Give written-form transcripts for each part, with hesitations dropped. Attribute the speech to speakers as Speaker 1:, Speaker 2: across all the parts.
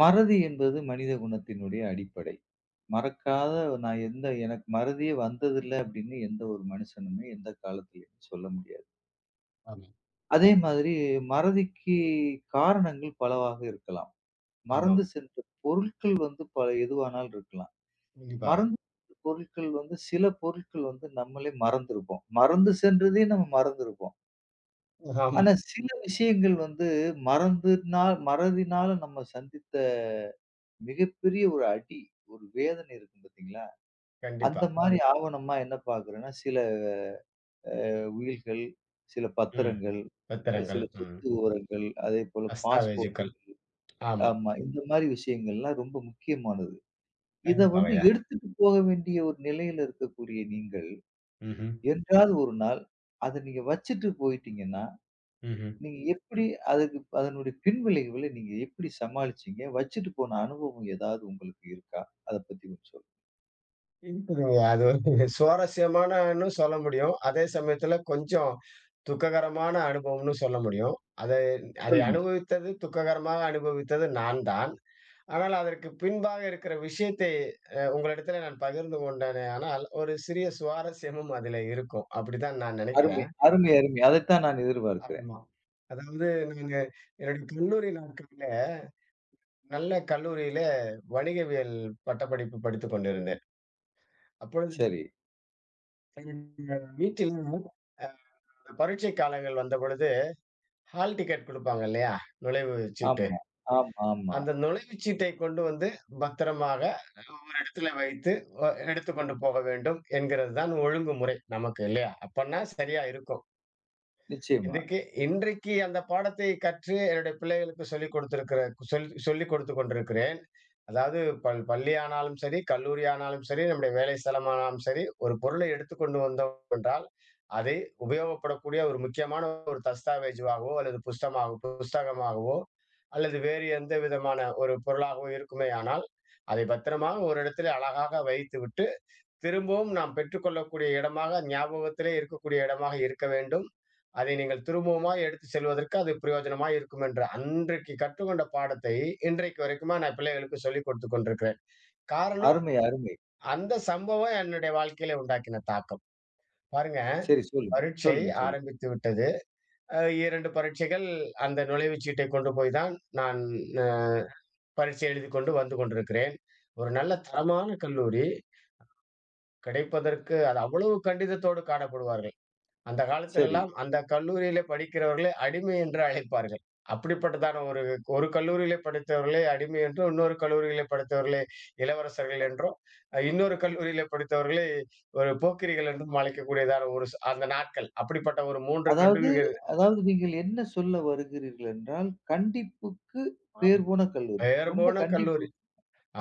Speaker 1: மறதி என்பது மனித குணத்தினுடைய அடிப்படை. மறக்காத நான் எனக்கு மறதியே வந்ததில்ல அப்படின்னு எந்த ஒரு மனுஷனுமே எந்த காலத்திலயும் சொல்ல முடியாது.
Speaker 2: ஆமா.
Speaker 1: அதே மாதிரி மறதிக்கு காரணங்கள் பலவாக இருக்கலாம்.
Speaker 2: ஆமாம்.
Speaker 1: மறந்து சென்ற பொருட்கள் வந்து பல எதுவானாலும் இருக்கலாம்.
Speaker 2: கண்டிப்பாக.
Speaker 1: மறந்து சென்ற பொருட்கள் வந்து சில பொருட்கள் வந்து நம்மளே மறந்திருப்போம். மறந்து சென்றதையும் நம்ம மறந்திருப்போம்.
Speaker 2: ஆம்.
Speaker 1: ஆனா சில விஷயங்கள் வந்து மறந்துனால் மறதினால நம்ம சந்தித்த மிகப்பெரிய ஒரு அடி, ஒரு வேதனை இருக்கும் பார்த்தீங்களா?
Speaker 2: கண்டிப்பா.
Speaker 1: அந்த மாரி ஆவணமா என்ன பார்க்குறேன்னா, சில உயில்கள், சில
Speaker 2: ம்.
Speaker 1: பத்திரங்கள், சில
Speaker 2: பத்திரங்கள். ம்.
Speaker 1: சொத்து விவரங்கள், அதேபோல பாஸ்போர்ட்.
Speaker 2: தஸ்தாவேஜுக்கள். ஆமா.
Speaker 1: ஆமா. இந்த மாரி விஷயங்கள்லாம் ரொம்ப முக்கியமானது. இத வந்து
Speaker 2: கண்டிப்பாகய்யா.
Speaker 1: எடுத்துட்டு போக வேண்டிய ஒரு நிலையில இருக்கக்கூடிய நீங்கள்,
Speaker 2: ம்ஹ்ம்.
Speaker 1: என்றாவது ஒரு நாள் அத நீங்க வச்சுட்டு போயிட்டீங்கன்னா,
Speaker 2: ம்ஹ்ம்.
Speaker 1: நீங்க எப்படி அதுக்கு அதனுடைய பின்விளைவுகள நீங்க எப்படி சமாளிச்சீங்க? வச்சுட்டு போன அனுபவம் ஏதாவது உங்களுக்கு இருக்கா? அத பத்தி கொஞ்சம் சொல்லுங்க.
Speaker 2: இருக்குதுங்க. அது ஒரு சுவாரஸ்யமானன்னு சொல்ல முடியும். அதே சமயத்துல கொஞ்சம் துக்ககரமான அனுபவம்னு சொல்ல முடியும். அதை அதை
Speaker 1: சொல்லுங்க.
Speaker 2: அனுபவித்தது துக்ககரமாக அனுபவித்தது நான் தான். ஆனால் அதற்கு பின்பாக இருக்கிற விஷயத்தை உங்களிடத்திலே நான் பகிர்ந்து கொண்டேனே ஆனால், ஒரு சிறிய சுவாரஸ்யமும் அதிலே இருக்கும். அப்படித்தான் நான்
Speaker 1: அருமை,
Speaker 2: நினைக்கிறேன்.
Speaker 1: அருமை, அருமை. அதைத்தான் நான் எதிர்பார்க்கிறேன்.
Speaker 2: ஆமா. அதாவது நாங்க என்னுடைய கல்லூரி நாட்கள்ல, நல்ல கல்லூரியில வணிகவியல் பட்டப்படிப்பு படித்துக் கொண்டிருந்தேன். அப்பொழுது
Speaker 1: சரி.
Speaker 2: எங்க வீட்டில் அந்த பரீட்சை காலங்கள் வந்தபொழுது, ஹால் டிக்கெட் குடுப்பாங்க இல்லையா? நுழைவுச் சீட்டு.
Speaker 1: ஆமா, ஆமா, ஆமா.
Speaker 2: அந்த நுழைவுச் சீட்டை கொண்டு வந்து பத்திரமாக ஒரு இடத்துல வைத்து, எடுத்துக்கொண்டு போக வேண்டும் என்கிறது தான் ஒழுங்குமுறை நமக்கு இல்லையா? அப்பன்னா சரியா இருக்கும்.
Speaker 1: நிச்சயமா.
Speaker 2: இதுக்கு இன்றைக்கு அந்த பாடத்தை கற்று என்னுடைய பிள்ளைகளுக்கு சொல்லிக் கொடுத்திருக்கிற சொல்லிக் கொடுத்துக் கொண்டிருக்கிறேன். அதாவது பள்ளி ஆனாலும் சரி, கல்லூரி ஆனாலும் சரி, நம்முடைய வேலை ஸ்தலமானாலும் சரி, ஒரு பொருளை எடுத்துக்கொண்டு வந்தோம் என்றால், அதை உபயோகப்படக்கூடிய ஒரு முக்கியமான ஒரு தஸ்தாவேஜுவாகவோ, அல்லது புஸ்தகமாகவோ, அல்லது வேறு எந்த விதமான ஒரு பொருளாகவோ இருக்குமேயானால், அதை பத்திரமாக ஒரு இடத்திலே அழகாக வைத்துவிட்டு திரும்பவும் நாம் பெற்றுக்கொள்ளக்கூடிய இடமாக, ஞாபகத்திலே இருக்கக்கூடிய இடமாக இருக்க வேண்டும். அதை நீங்கள் திரும்பவுமாய் எடுத்துச் செல்வதற்கு அது பிரயோஜனமாய் இருக்கும் என்று அன்றைக்கு கற்றுக்கொண்ட பாடத்தை, இன்றைக்கு வரைக்குமா நான் பிள்ளைகளுக்கு சொல்லிக் கொடுத்துக் கொண்டிருக்கிறேன். காரணம்,
Speaker 1: அருமை, அருமை.
Speaker 2: அந்த சம்பவம் என்னுடைய வாழ்க்கையிலே உண்டாக்கின தாக்கம். பாருங்க,
Speaker 1: சரி சொல்லுங்க.
Speaker 2: பரீட்சை
Speaker 1: சொல்லுங்க, சொல்லுங்க.
Speaker 2: ஆரம்பித்து விட்டது. 2 பரீட்சைகள் அந்த நுழைவுச் சீட்டை கொண்டு போய் தான் நான் அ பரீட்சை எழுதிக் கொண்டு வந்து கொண்டிருக்கிறேன். ஒரு நல்ல தரமான கல்லூரி கிடைப்பதற்கு அது அவ்வளவு கண்டிதத்தோடு காணப்படுவார்கள். அந்த
Speaker 1: சரி.
Speaker 2: காலத்திலெல்லாம் அந்த கல்லூரியிலே படிக்கிறவர்களை அடிமை என்று அழைப்பார்கள். அப்படிப்பட்டதான ஒரு ஒரு கல்லூரியிலே படித்தவர்களே அடிமை என்றும், இன்னொரு கல்லூரியிலே படித்தவர்களே இளவரசர்கள் என்றும், இன்னொரு கல்லூரியிலே படித்தவர்களே ஒரு போக்கிரிகள் என்றும் அழைக்கக்கூடியதான ஒரு சு அந்த நாட்கள். அப்படிப்பட்ட ஒரு 3
Speaker 1: அதாவது
Speaker 2: கல்லூரிகள்
Speaker 1: அதாவது நீங்கள் என்ன சொல்ல வருகிறீர்கள் என்றால், கண்டிப்புக்கு பேர் போன கல்லூரி. ரொம்ப
Speaker 2: வேறுபோன
Speaker 1: கண்டிப்பு.
Speaker 2: கல்லூரி.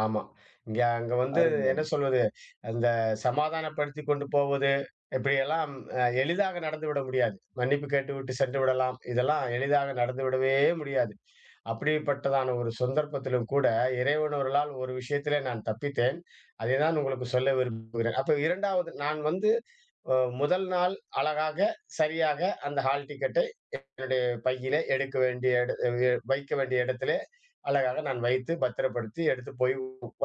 Speaker 2: ஆமா. இங்க அங்க வந்து
Speaker 1: அருமை, அருமை.
Speaker 2: என்ன சொல்வது, அந்த சமாதானப்படுத்திக் கொண்டு போவது, இப்படியெல்லாம் எளிதாக நடந்துவிட முடியாது. மன்னிப்பு கேட்டுவிட்டு சென்று விடலாம். இதெல்லாம் எளிதாக நடந்துவிடவே முடியாது. அப்படிப்பட்டதான ஒரு சந்தர்ப்பத்திலும் கூட, இறைவன் அருளால் ஒரு விஷயத்திலே நான் தப்பித்தேன். அதை தான் உங்களுக்கு சொல்ல விரும்புகிறேன். அப்ப 2ஆவது நான் வந்து அ முதல் நாள் அழகாக, சரியாக அந்த ஹால் டிக்கெட்ட என்னுடைய பையிலே எடுக்க வேண்டிய எட எ வைக்க வேண்டிய இடத்திலே அழகாக நான் வைத்து பத்திரப்படுத்தி எடுத்து போய்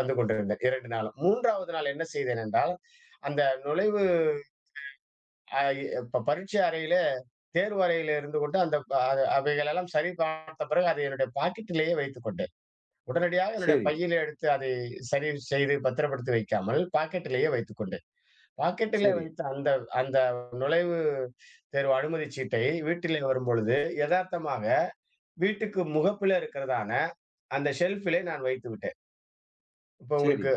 Speaker 2: வந்து கொண்டிருந்தேன் 2 நாளும். 3ஆவது நாள் என்ன செய்தேன் என்றால், அந்த நுழைவு அ ப பரீட்சை அறையிலே தேர்வு அறையிலே இருந்து கொண்டு அந்த ப அ அவைகளெல்லாம் சரி பார்த்த பிறகு அதை என்னுடைய பாக்கெட்டிலேயே வைத்துக் கொண்டேன். உடனடியாக என்னுடைய
Speaker 1: சரி,
Speaker 2: பையிலே எடுத்து அதை சரி செய்து பத்திரப்படுத்தி வைக்காமல் பாக்கெட்டிலேயே வைத்துக் கொண்டேன். பாக்கெட்டிலே
Speaker 1: சரி,
Speaker 2: வைத்த அந்த அந்த நுழைவு தேர்வு அனுமதிச் சீட்டை வீட்டிலே வரும்பொழுது எதார்த்தமாக வீட்டுக்கு முகப்புல இருக்கிறதான அந்த ஷெல்ஃபிலே நான் வைத்து விட்டேன். இப்ப
Speaker 1: சரி,
Speaker 2: உங்களுக்கு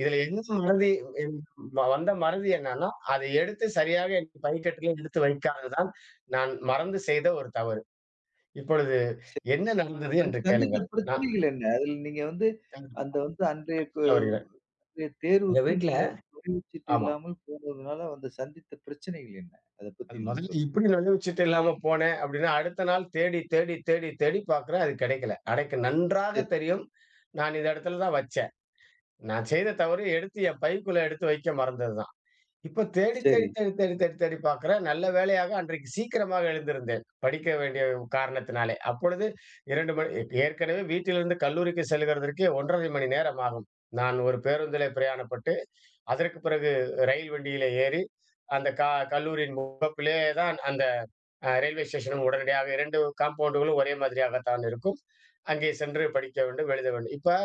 Speaker 2: இதுல என்ன மறதி என் வந்த மறதி என்னன்னா, அதை எடுத்து சரியாக என் பைக்கெட்டிலே எடுத்து வைக்காததுதான் நான் மறந்து செய்த ஒரு தவறு. இப்பொழுது
Speaker 1: சரி.
Speaker 2: என்ன நடந்தது
Speaker 1: அது
Speaker 2: என்று
Speaker 1: சந்தித்த
Speaker 2: கேளுங்கள். நான்
Speaker 1: பிரச்சனைகள் என்ன? அதில் நீங்க வந்து அந்த வந்து
Speaker 2: சொல்ல வருகிறேன்.
Speaker 1: அன்றைய
Speaker 2: எங்க
Speaker 1: தேர்வுக்கு
Speaker 2: வீட்ல
Speaker 1: நீங்க நுழைவுச்சீட்டு
Speaker 2: ஆமா.
Speaker 1: இல்லாமல் போனதுனால வந்து சந்தித்த பிரச்சனைகள் என்ன? அத பத்தி
Speaker 2: அது
Speaker 1: கொஞ்சம்
Speaker 2: முதல்ல
Speaker 1: சொல்லுங்க.
Speaker 2: இப்படி நழுவிச்சீட்டு இல்லாம போனேன் அப்படின்னா, அடுத்த நாள் தேடி, தேடி, தேடி, தேடி பார்க்கிறேன் அது கிடைக்கல. எனக்கு நன்றாக
Speaker 1: சரி,
Speaker 2: தெரியும். நான் இந்த இடத்துல தான் வச்சேன். நான் செய்த தவறு எடுத்து என் பைக்குள்ள எடுத்து வைக்க மறந்ததுதான். இப்ப தேடி, தேடி,
Speaker 1: சரி,
Speaker 2: தேடி, தேடி, தேடி, தேடி பார்க்கிறேன். நல்ல வேளையாக அன்றைக்கு சீக்கிரமாக எழுந்திருந்தேன். படிக்க வேண்டிய காரணத்தினாலே. அப்பொழுது 2 மணி ஏற்கனவே வீட்டிலிருந்து கல்லூரிக்கு செல்கிறதற்கே 1½ மணி நேரம் ஆகும். நான் ஒரு பேருந்திலே பிரயாணப்பட்டு, அதற்கு பிறகு ரயில் வண்டியிலே ஏறி, அந்த கல்லூரியின் முகப்பிலே தான் அந்த ரயில்வே ஸ்டேஷனும் உடனடியாக 2 காம்பவுண்டுகளும் ஒரே மாதிரியாகத்தான் இருக்கும். அங்கே சென்று படிக்க வேண்டும், எழுத வேண்டும். இப்ப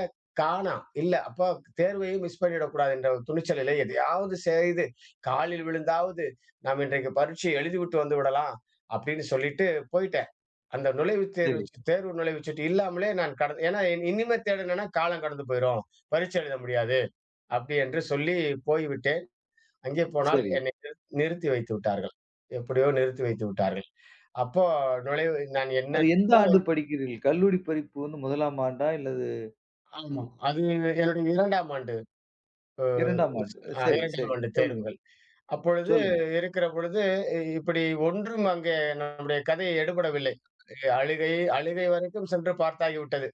Speaker 2: காணாம். இல்ல அப்ப தேர்வையும் மிஸ் பண்ணிடக்கூடாது என்ற ஒரு துணிச்சலிலே எதையாவது செய்து, காலில் விழுந்தாவது, நாம் இன்றைக்கு பரீட்சை எழுதிவிட்டு வந்து விடலாம் அப்படின்னு சொல்லிட்டு போயிட்டேன். அந்த நுழைவுத் தேர்வு
Speaker 1: சரி,
Speaker 2: தேர்வு நுழைவுச்சீட்டு இல்லாமலே நான் ஏன்னா இனிமே தேடுனேன்னா காலம் கடந்து போயிரும். பரீட்சை எழுத முடியாது அப்படி என்று சொல்லி போய்விட்டேன். அங்கே போனால்
Speaker 1: சரி.
Speaker 2: என்னை நிறுத்தி வைத்து விட்டார்கள். எப்படியோ நிறுத்தி வைத்து விட்டார்கள். அப்போ நுழைவு நான் என்ன
Speaker 1: அது எந்த ஆண்டு படிக்கிறீர்கள்? கல்லூரி படிப்பு வந்து 1ஆம் ஆண்டா? இல்லது
Speaker 2: ஆமா. அது என்னுடைய 2ஆம் ஆண்டு
Speaker 1: 2ஆம் ஆண்டு. சரி,
Speaker 2: 2ஆம்
Speaker 1: சரி.
Speaker 2: ஆண்டு
Speaker 1: சொல்லுங்க,
Speaker 2: தேர்வுகள். அப்பொழுது
Speaker 1: சொல்லுங்க.
Speaker 2: இருக்கிற பொழுது, இப்படி ஒன்றும் அங்கே நம்முடைய கதை எடுபடவில்லை. அழுகை அழுகை வரைக்கும் சென்று பார்த்தாகிவிட்டது.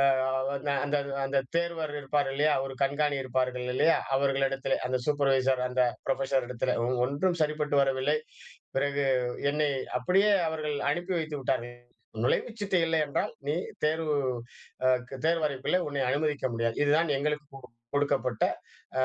Speaker 2: அ அந்த அந்த அந்த தேர்வர் இருப்பார் இல்லையா? ஒரு கண்காணி இருப்பார்கள் இல்லையா? அவர்களிடத்திலே, அந்த சூப்பர்வைசர், அந்த புரொஃபசர் இடத்திலே ஒன்றும் சரிப்பட்டு வரவில்லை. பிறகு என்னை அப்படியே அவர்கள் அனுப்பி வைத்து விட்டார்கள். நுழைவுச்சீட்டு இல்லை என்றால், நீ தேர்வு அ தேர்வறைக்குள்ளே உன்னை அனுமதிக்க முடியாது. இதுதான் எங்களுக்கு கொடுக்கப்பட்ட அ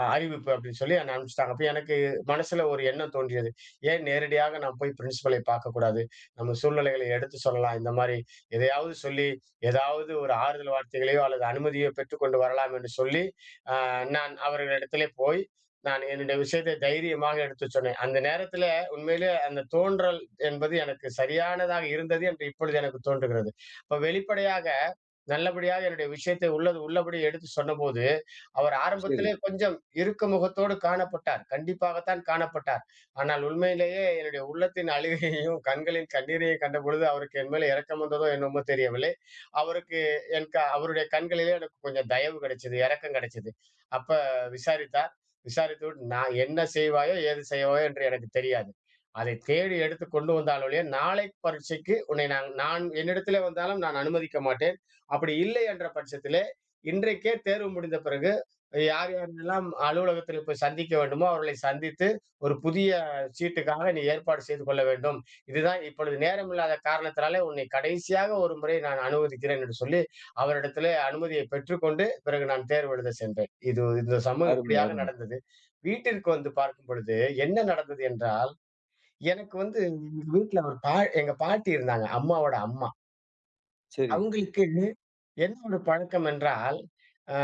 Speaker 2: அ அறிவிப்பு அப்படின்னு சொல்லி என்ன அனுப்பிச்சுட்டாங்க. அப்ப எனக்கு மனசுல ஒரு எண்ணம் தோன்றியது. ஏன் நேரடியாக நான் போய் பிரின்சிபலை பார்க்கக்கூடாது? நம்ம சூழ்நிலைகளை எடுத்து சொல்லலாம். இந்த மாரி எதையாவது சொல்லி, ஏதாவது ஒரு ஆறுதல் வார்த்தைகளையோ அல்லது அனுமதியோ பெற்றுக்கொண்டு வரலாம் என்று சொல்லி, அ நான் அவர்களிடத்திலே போய், நான் என்னுடைய விஷயத்தை தைரியமாக எடுத்துச் சொன்னேன். அந்த நேரத்தில உண்மையிலே அந்த தோன்றல் என்பது எனக்கு சரியானதாக இருந்தது என்று இப்பொழுது எனக்கு தோன்றுகிறது. அப்ப வெளிப்படையாக நல்லபடியாக என்னுடைய விஷயத்தை உள்ளது உள்ளபடி எடுத்து சொன்னபோது, அவர்
Speaker 1: சரி.
Speaker 2: ஆரம்பத்திலே கொஞ்சம் இறுக்க முகத்தோடு காணப்பட்டார். கண்டிப்பாகத்தான் காணப்பட்டார். ஆனால் உண்மையிலேயே என்னுடைய உள்ளத்தின் அழுகையையும், கண்களின் கண்ணீரையும் கண்டபொழுது, அவருக்கு என் மேல இரக்கம் வந்ததோ என்னமோ தெரியவில்லை. அவருக்கு என் அவருடைய கண்களிலே எனக்கு கொஞ்சம் தயவு கிடைச்சது, இரக்கம் கிடைச்சது. அப்ப விசாரித்தார். விசாரித்துவிட்டு, நான் என்ன செய்வாயோ, ஏது செய்வாயோ என்று எனக்கு தெரியாது. அதை தேடி எடுத்து கொண்டு வந்தால் ஒழிய, நாளை பரீட்சைக்கு உன்னை நான் நான் என்னிடத்திலே வந்தாலும் நான் அனுமதிக்க மாட்டேன். அப்படி இல்லை என்ற பட்சத்திலே, இன்றைக்கே தேர்வு முடிந்த பிறகு யார் யாரெல்லாம் அலுவலகத்தில் போய் சந்திக்க வேண்டுமோ அவர்களை சந்தித்து, ஒரு புதிய சீட்டுக்காக நீ ஏற்பாடு செய்து கொள்ள வேண்டும். இதுதான் இப்பொழுது நேரமில்லாத காரணத்தினாலே உன்னை கடைசியாக ஒரு முறை நான் அனுமதிக்கிறேன் என்று சொல்லி, அவரிடத்திலே அனுமதியை பெற்றுக்கொண்டு, பிறகு நான் தேர்வு எழுத சென்றேன். இது இந்த சம்பவம்
Speaker 1: அருமை,
Speaker 2: இப்படியாக
Speaker 1: அருமை.
Speaker 2: நடந்தது. வீட்டிற்கு வந்து பார்க்கும் பொழுது என்ன நடந்தது என்றால், எனக்கு வந்து எங்க வீட்ல ஒரு பா எங்க பாட்டி இருந்தாங்க. அம்மாவோட அம்மா.
Speaker 1: சரி.
Speaker 2: அவங்களுக்கு என்ன ஒரு பழக்கம் என்றால், அ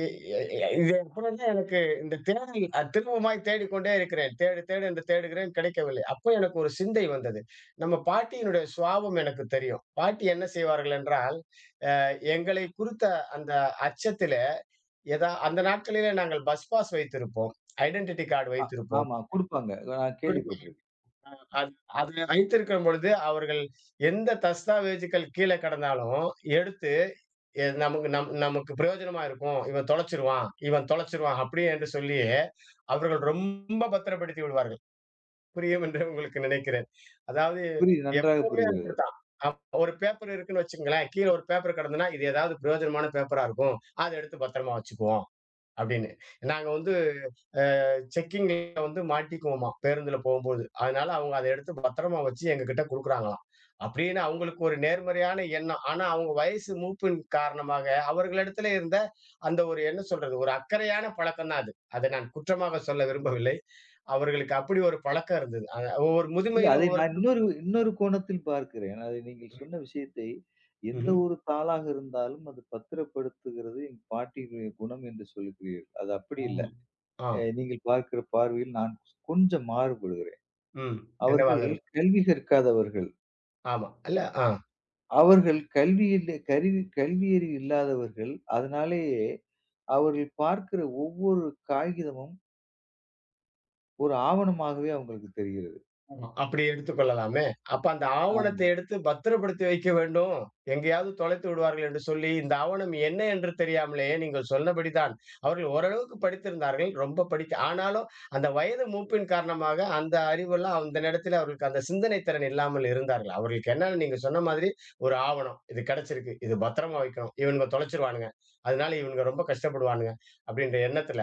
Speaker 2: இ இ இ- இது அப்புறம்தான் எனக்கு இந்த தேடல் திரும்பவுமாய் தேடிக்கொண்டே இருக்கிறேன். தேடு, தேடு என்று தேடுகிறேன் கிடைக்கவில்லை. அப்போ எனக்கு ஒரு சிந்தை வந்தது. நம்ம பாட்டியினுடைய சுவாபம் எனக்கு தெரியும். பாட்டி என்ன செய்வார்கள் என்றால், அ எங்களை குறித்த அந்த அச்சத்திலே அந்த நாட்களிலே நாங்கள் பஸ் பாஸ் வைத்திருப்போம். ஐடென்டிட்டி கார்டு
Speaker 1: அ
Speaker 2: வைத்திருப்போம்.
Speaker 1: ஆமா குடுப்பாங்க. நான்
Speaker 2: குடும்ப-
Speaker 1: கேள்விப்பட்டிருக்கேன்.
Speaker 2: அது அது வைத்திருக்கும் பொழுது அவர்கள் எந்த தஸ்தாவேஜுக்கள் கீழே கிடந்தாலும் எடுத்து நமக்கு நமக்கு பிரயோஜனமா இருக்கும். இவன் தொலைச்சுருவான், இவன் தொலைச்சுருவான் அப்படி என்று சொல்லி அவர்கள் ரொம்ப பத்திரப்படுத்தி விடுவார்கள். புரியும் என்று உங்களுக்கு நினைக்கிறேன். அதாவது
Speaker 1: புரியுது. நன்றாக
Speaker 2: எப்பவுமே
Speaker 1: புரிகிறது.
Speaker 2: அப்படித்தான். ஒரு பேப்பர் இருக்குன்னு வச்சுக்கங்களேன், கீழ ஒரு பேப்பர் கிடந்ததுன்னா, இது ஏதாவது பிரயோஜனமான பேப்பரா இருக்கும். அத எடுத்து பத்திரமா வச்சுக்குவோம். அப்படின்னு. நாங்க வந்து அ செக்கிங்ல வந்து மாட்டிக்குவோமாம், பேருந்துல போம்போது. அதனால அவங்க அத எடுத்து பத்திரமா வச்சு எங்ககிட்ட குடுக்குறாங்களாம். அப்படின்னு அவங்களுக்கு ஒரு நேர்மறையான எண்ணம். ஆனா அவங்க வயசு மூப்பின் காரணமாக அவர்களிடத்திலே இருந்த அந்த ஒரு என்ன சொல்றது? ஒரு அக்கறையான பழக்கம் தான் அது. அதை நான் குற்றமாக சொல்ல விரும்பவில்லை. அவர்களுக்கு அப்படி ஒரு பழக்கம் இருந்தது. ஒவ்வொரு
Speaker 1: இல்ல
Speaker 2: முதுமையில
Speaker 1: அதை நான்
Speaker 2: ஒவ்வொருத்தரும்
Speaker 1: இன்னொரு இன்னொரு கோணத்தில் பார்க்கிறேன். அதை நீங்கள் சொன்ன விஷயத்தை எந்த
Speaker 2: ம்ஹ்ம்.
Speaker 1: ஒரு தாளாக இருந்தாலும் அது பத்திரப்படுத்துகிறது என் பாட்டியினுடைய குணம் என்று சொல்லுகிறீர்கள். அது அப்படி இல்ல.
Speaker 2: ஆமா. ஆ.
Speaker 1: நீங்கள் பார்க்கிற பார்வையில் நான் கொஞ்சம் மாறுபடுகிறேன்.
Speaker 2: ம். என்னவாக
Speaker 1: அவர்கள்
Speaker 2: இருக்கும்?
Speaker 1: கல்வி கற்காதவர்கள்.
Speaker 2: ஆமா. இல்ல. ஆ.
Speaker 1: அவர்கள் கல்வியிலே கருவி கல்வியறிவு இல்லாதவர்கள். அதனாலேயே அவர்கள் பார்க்கிற ஒவ்வொரு காகிதமும் ஒரு ஆவணமாகவே அவங்களுக்கு தெரியும்.
Speaker 2: ஆமா. அப்படி எடுத்துக் கொள்ளலாமே! அப்ப அந்த ஆவணத்தை
Speaker 1: ஆமா,
Speaker 2: எடுத்து பத்திரப்படுத்தி வைக்க வேண்டும். எங்கேயாவது தொலைத்து விடுவார்கள் என்று சொல்லி, இந்த ஆவணம் என்ன என்று தெரியாமலேயே நீங்கள் சொன்னபடி தான். அவர்கள் ஓரளவுக்கு படித்திருந்தார்கள். ரொம்ப படிக்க ஆனாலும் அந்த வயது மூப்பின் காரணமாக அந்த அறிவெல்லாம் அந்த நேரத்தில அவர்களுக்கு அந்த சிந்தனை திறன் இல்லாமல் இருந்தார்கள். அவர்களுக்கு என்னன்னு நீங்க சொன்ன மாதிரி ஒரு ஆவணம். இது கிடைச்சிருக்கு. இது பத்திரமா வைக்கணும். இவனுங்க தொலைச்சுருவானுங்க. அதனால இவனுங்க ரொம்ப கஷ்டப்படுவானுங்க. அப்படின்ற எண்ணத்தில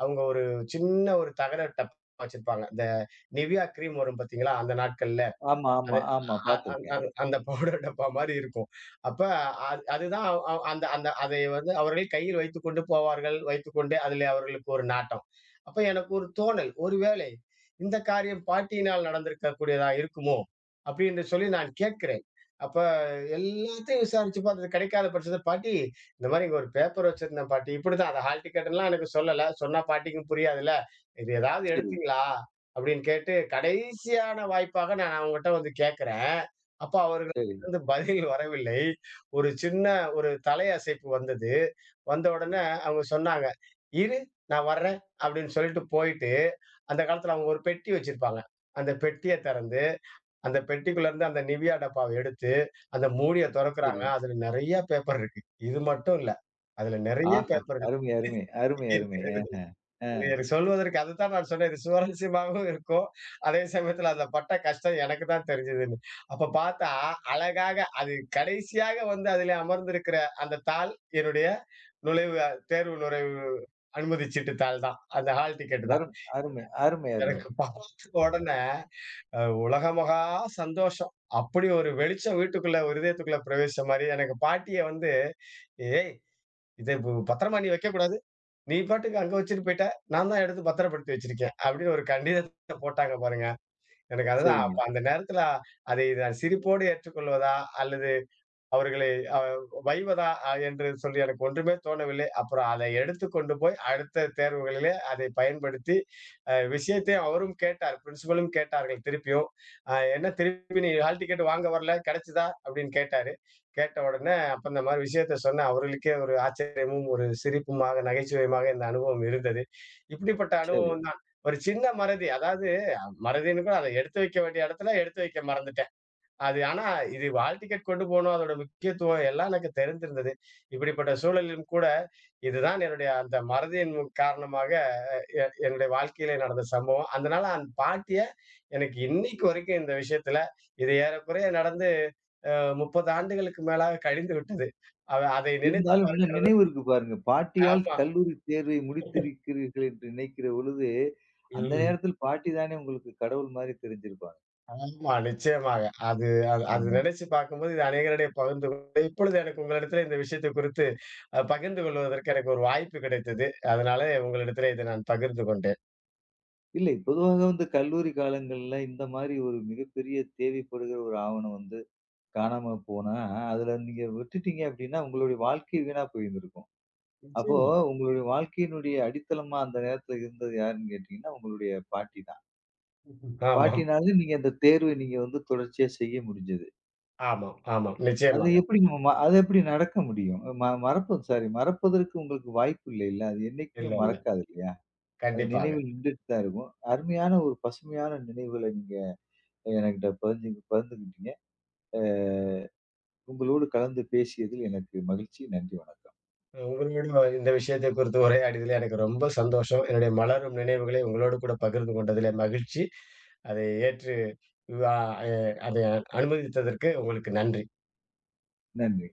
Speaker 2: அவங்க ஒரு சின்ன ஒரு தகர டப்பா வச்சிருப்பாங்க. இந்த Nivea கிரீம் வரும் பார்த்தீங்களா? அந்த நாட்கள்.
Speaker 1: ஆமா, ஆமா,
Speaker 2: அது
Speaker 1: ஆமா.
Speaker 2: அ அந்
Speaker 1: பார்த்துருக்கேன்.
Speaker 2: அந் அந்த பவுடர் டப்பா மாரி இருக்கும். அப்ப அதுதான் அவ் அவ் அந்த அந்த அதை வந்து அவர்கள் கையில் வைத்துக்கொண்டு போவார்கள். வைத்துக்கொண்டு அதிலே அவர்களுக்கு ஒரு நாட்டம். அப்ப எனக்கு ஒரு தோணல். ஒருவேளை இந்த காரியம் பாட்டியினால் நடந்திருக்கக்கூடியதா இருக்குமோ? அப்படின்னு சொல்லி நான் கேட்கிறேன். அப்ப எல்லாத்தையும் விசாரிச்சு பார்த்தது கிடைக்காத பட்சத்தில, "பாட்டி இந்த மாரி இங்க ஒரு பேப்பர் வச்சிருந்தேன் பாட்டி." இப்படிதான். அத ஹால் டிக்கெட்லாம் எனக்கு சொல்லல. சொன்னா பாட்டிக்கும் புரியாதுல்ல. "இது ஏதாவது
Speaker 1: சரி,
Speaker 2: எடுத்தீங்களா?" அப்படின்னு கேட்டு, கடைசியான வாய்ப்பாக நான் அவங்கட்ட வந்து கேட்கிறேன். அப்ப
Speaker 1: சரி,
Speaker 2: அவர்களிடமிருந்து பதில் வரவில்லை. ஒரு சின்ன ஒரு தலையசைப்பு வந்தது. வந்த உடனே அவங்க சொன்னாங்க, "இரு நான் வர்றேன்" அப்படின்னு சொல்லிட்டு போயிட்டு, அந்த காலத்துல அவங்க ஒரு பெட்டி வச்சிருப்பாங்க. அந்த பெட்டிய திறந்து, அந்த பெட்டிக்குள்ள இருந்து அந்த நிவியா டப்பாவ எடுத்து, அந்த மூடிய தொறக்குறாங்க.
Speaker 1: சரி.
Speaker 2: அதுல நெறைய பேப்பர் இருக்கு. இது மட்டும் இல்ல. அதுல நெறைய
Speaker 1: ஆஹா!
Speaker 2: பேப்பர்கள்
Speaker 1: அருமை, அருமை, அருமை, அருமை.
Speaker 2: இருக்கு.
Speaker 1: ஆஹ. அ
Speaker 2: இது எனக்கு சொல்வதற்கு அதுதான் நான் சொன்னேன். இது சுவாரஸ்யமாகவும் இருக்கும். அதே சமயத்துல அதுல பட்ட கஷ்டம் எனக்கு தான் தெரிஞ்சதுன்னு. அப்ப பார்த்தா, அழகாக அது கடைசியாக வந்து அதிலே அமர்ந்திருக்கிற அந்த தாள், என்னுடைய நுழைவு அ தேர்வு நுழைவு அனுமதிச்சீட்டு தாள் தான். அந்த ஹால் டிக்கெட் தான்.
Speaker 1: அருமை, அருமை, அருமை.
Speaker 2: எனக்கு பார்த்த உடனே அ உலகமகா சந்தோஷம். அப்படி ஒரு வெளிச்சம் வீட்டுக்குள்ள ஒரு இதயத்துக்குள்ள பிரவேசிச்ச மாரி, எனக்கு பாட்டிய வந்து "ஏய் இத பத்திரமா நீ வைக்கக்கூடாது. நீ பாட்டுக்கு அங்க வச்சுட்டு போயிட்ட. நான் தான் எடுத்து பத்திரப்படுத்தி வச்சிருக்கேன். அப்படின்னு ஒரு கடிதத்த போட்டாங்க பாருங்க. எனக்கு அதுதான்
Speaker 1: சரிங்க.
Speaker 2: அப்ப அந்த நேரத்துல அதை நான் சிரிப்போடு ஏற்றுக்கொள்வதா? அல்லது அவர்களை அ வைவதா? என்று சொல்லி எனக்கு ஒன்றுமே தோணவில்லை. அப்புறம் அதை எடுத்துக் கொண்டு போய் அடுத்த தேர்வுகளிலே அதை பயன்படுத்தி, விஷயத்தை அவரும் கேட்டார். பிரின்சிபலும் கேட்டார்கள் திருப்பியும். "என்ன திருப்பி நீ ஹால் டிக்கெட் வாங்க வரல, கிடைச்சதா?" அப்படின்னு கேட்டாரு. கேட்ட உடனே அப்ப இந்த மாரி விஷயத்த சொன்னேன். அவர்களுக்கே ஒரு ஆச்சரியமும், ஒரு சிரிப்புமாக, நகைச்சுவையுமாக இந்த அனுபவம் இருந்தது. இப்படிப்பட்ட
Speaker 1: சரி.
Speaker 2: அனுபவம் தான். ஒரு சின்ன மறதி. அதாவது மறதின்னு கூட அத எடுத்து வைக்க வேண்டிய இடத்துல எடுத்து வைக்க மறந்துட்டேன். அது ஆனா இது ஹால் டிக்கெட் கொண்டு போணும். அதோட முக்கியத்துவம் எல்லாம் எனக்கு தெரிந்திருந்தது. இப்படிப்பட்ட சூழலிலும் கூட, இதுதான் என்னுடைய அந்த மறதியின் காரணமாக என்னுடைய வாழ்க்கையிலே நடந்த சம்பவம். அதனால அந்த பாட்டிய எனக்கு இன்னைக்கு வரைக்கும் இந்த விஷயத்துல இது ஏறக்குறைய நடந்து 30 ஆண்டுகளுக்கு மேலாக கழிந்து விட்டது. அதை நினைத்து
Speaker 1: இருந்தாலும்
Speaker 2: பாருங்க.
Speaker 1: இன்னும் நினைவு இருக்கு பாருங்க. பாட்டியால்
Speaker 2: ஆமா.
Speaker 1: கல்லூரி தேர்வை முடித்திருக்கிறீர்கள் என்று நினைக்கிற பொழுது, அந்த
Speaker 2: ம்.
Speaker 1: நேரத்தில் பாட்டி தானே உங்களுக்கு கடவுள் மாரி தெரிஞ்சிருப்பாங்க.
Speaker 2: ஆமா, நிச்சயமாக. அது அது அது
Speaker 1: ஆமா.
Speaker 2: நினைச்சு பார்க்கும்போது இது அநேகரிடையே பகிர்ந்து கொண்டு, இப்பொழுது எனக்கு உங்களிடத்திலே இந்த விஷயத்தை குறித்து பகிர்ந்து கொள்வதற்கு எனக்கு ஒரு வாய்ப்பு கிடைத்தது. அதனால உங்களிடத்திலே இதை நான் பகிர்ந்து கொண்டேன்.
Speaker 1: இல்லை. பொதுவாக வந்து கல்லூரி காலங்கள்ல இந்த மாரி ஒரு மிகப்பெரிய தேவைப்படுகிற ஒரு ஆவணம் வந்து காணாம போனா, அதுல நீங்க விட்டுட்டீங்க அப்டின்னா, உங்களுடைய வாழ்க்கை வீணா போயிருந்திருக்கும். அப்போ
Speaker 2: நிச்சயமா.
Speaker 1: உங்களுடைய வாழ்க்கையினுடைய அடித்தளமா அந்த நேரத்துல இருந்தது யாருன்னு கேட்டீங்கன்னா, உங்களுடைய பாட்டி தான்.
Speaker 2: ஆமாம்,
Speaker 1: பாட்டினால நீங்க அந்த தேர்வை நீங்க வந்து தொடர்ச்சியா செய்ய முடிஞ்சது.
Speaker 2: ஆமாம், ஆமாம்.
Speaker 1: அது
Speaker 2: நிச்சயமாக.
Speaker 1: எப்படி நம்ம ம அது எப்படி நடக்க முடியும்? ம மறப்ப சாரி மறப்பதற்கு உங்களுக்கு வாய்ப்பு இல்லைல்ல. அது என்னைக்குமே
Speaker 2: இல்ல, இல்ல.
Speaker 1: மறக்காது இல்லையா? அது
Speaker 2: கண்டிப்பாக.
Speaker 1: நினைவில் நின்டுட்டு தான் இருக்கும். அருமையான ஒரு பசுமையான நினைவுகள நீங்க என்கிட்ட பகிர்ந்துக்கிட்டீங்க. அ உங்களோடு கலந்து பேசியதில் எனக்கு மகிழ்ச்சி. நன்றி, வணக்கம்.
Speaker 2: உங்களோட இந்த விஷயத்தை குறித்து உரையாடியதிலே எனக்கு ரொம்ப சந்தோஷம். என்னுடைய மலரும் நினைவுகளை உங்களோடு கூட பகிர்ந்து கொண்டதிலே மகிழ்ச்சி. அதை ஏற்று அ அதை அனுமதித்ததற்கு உங்களுக்கு நன்றி.
Speaker 1: நன்றி.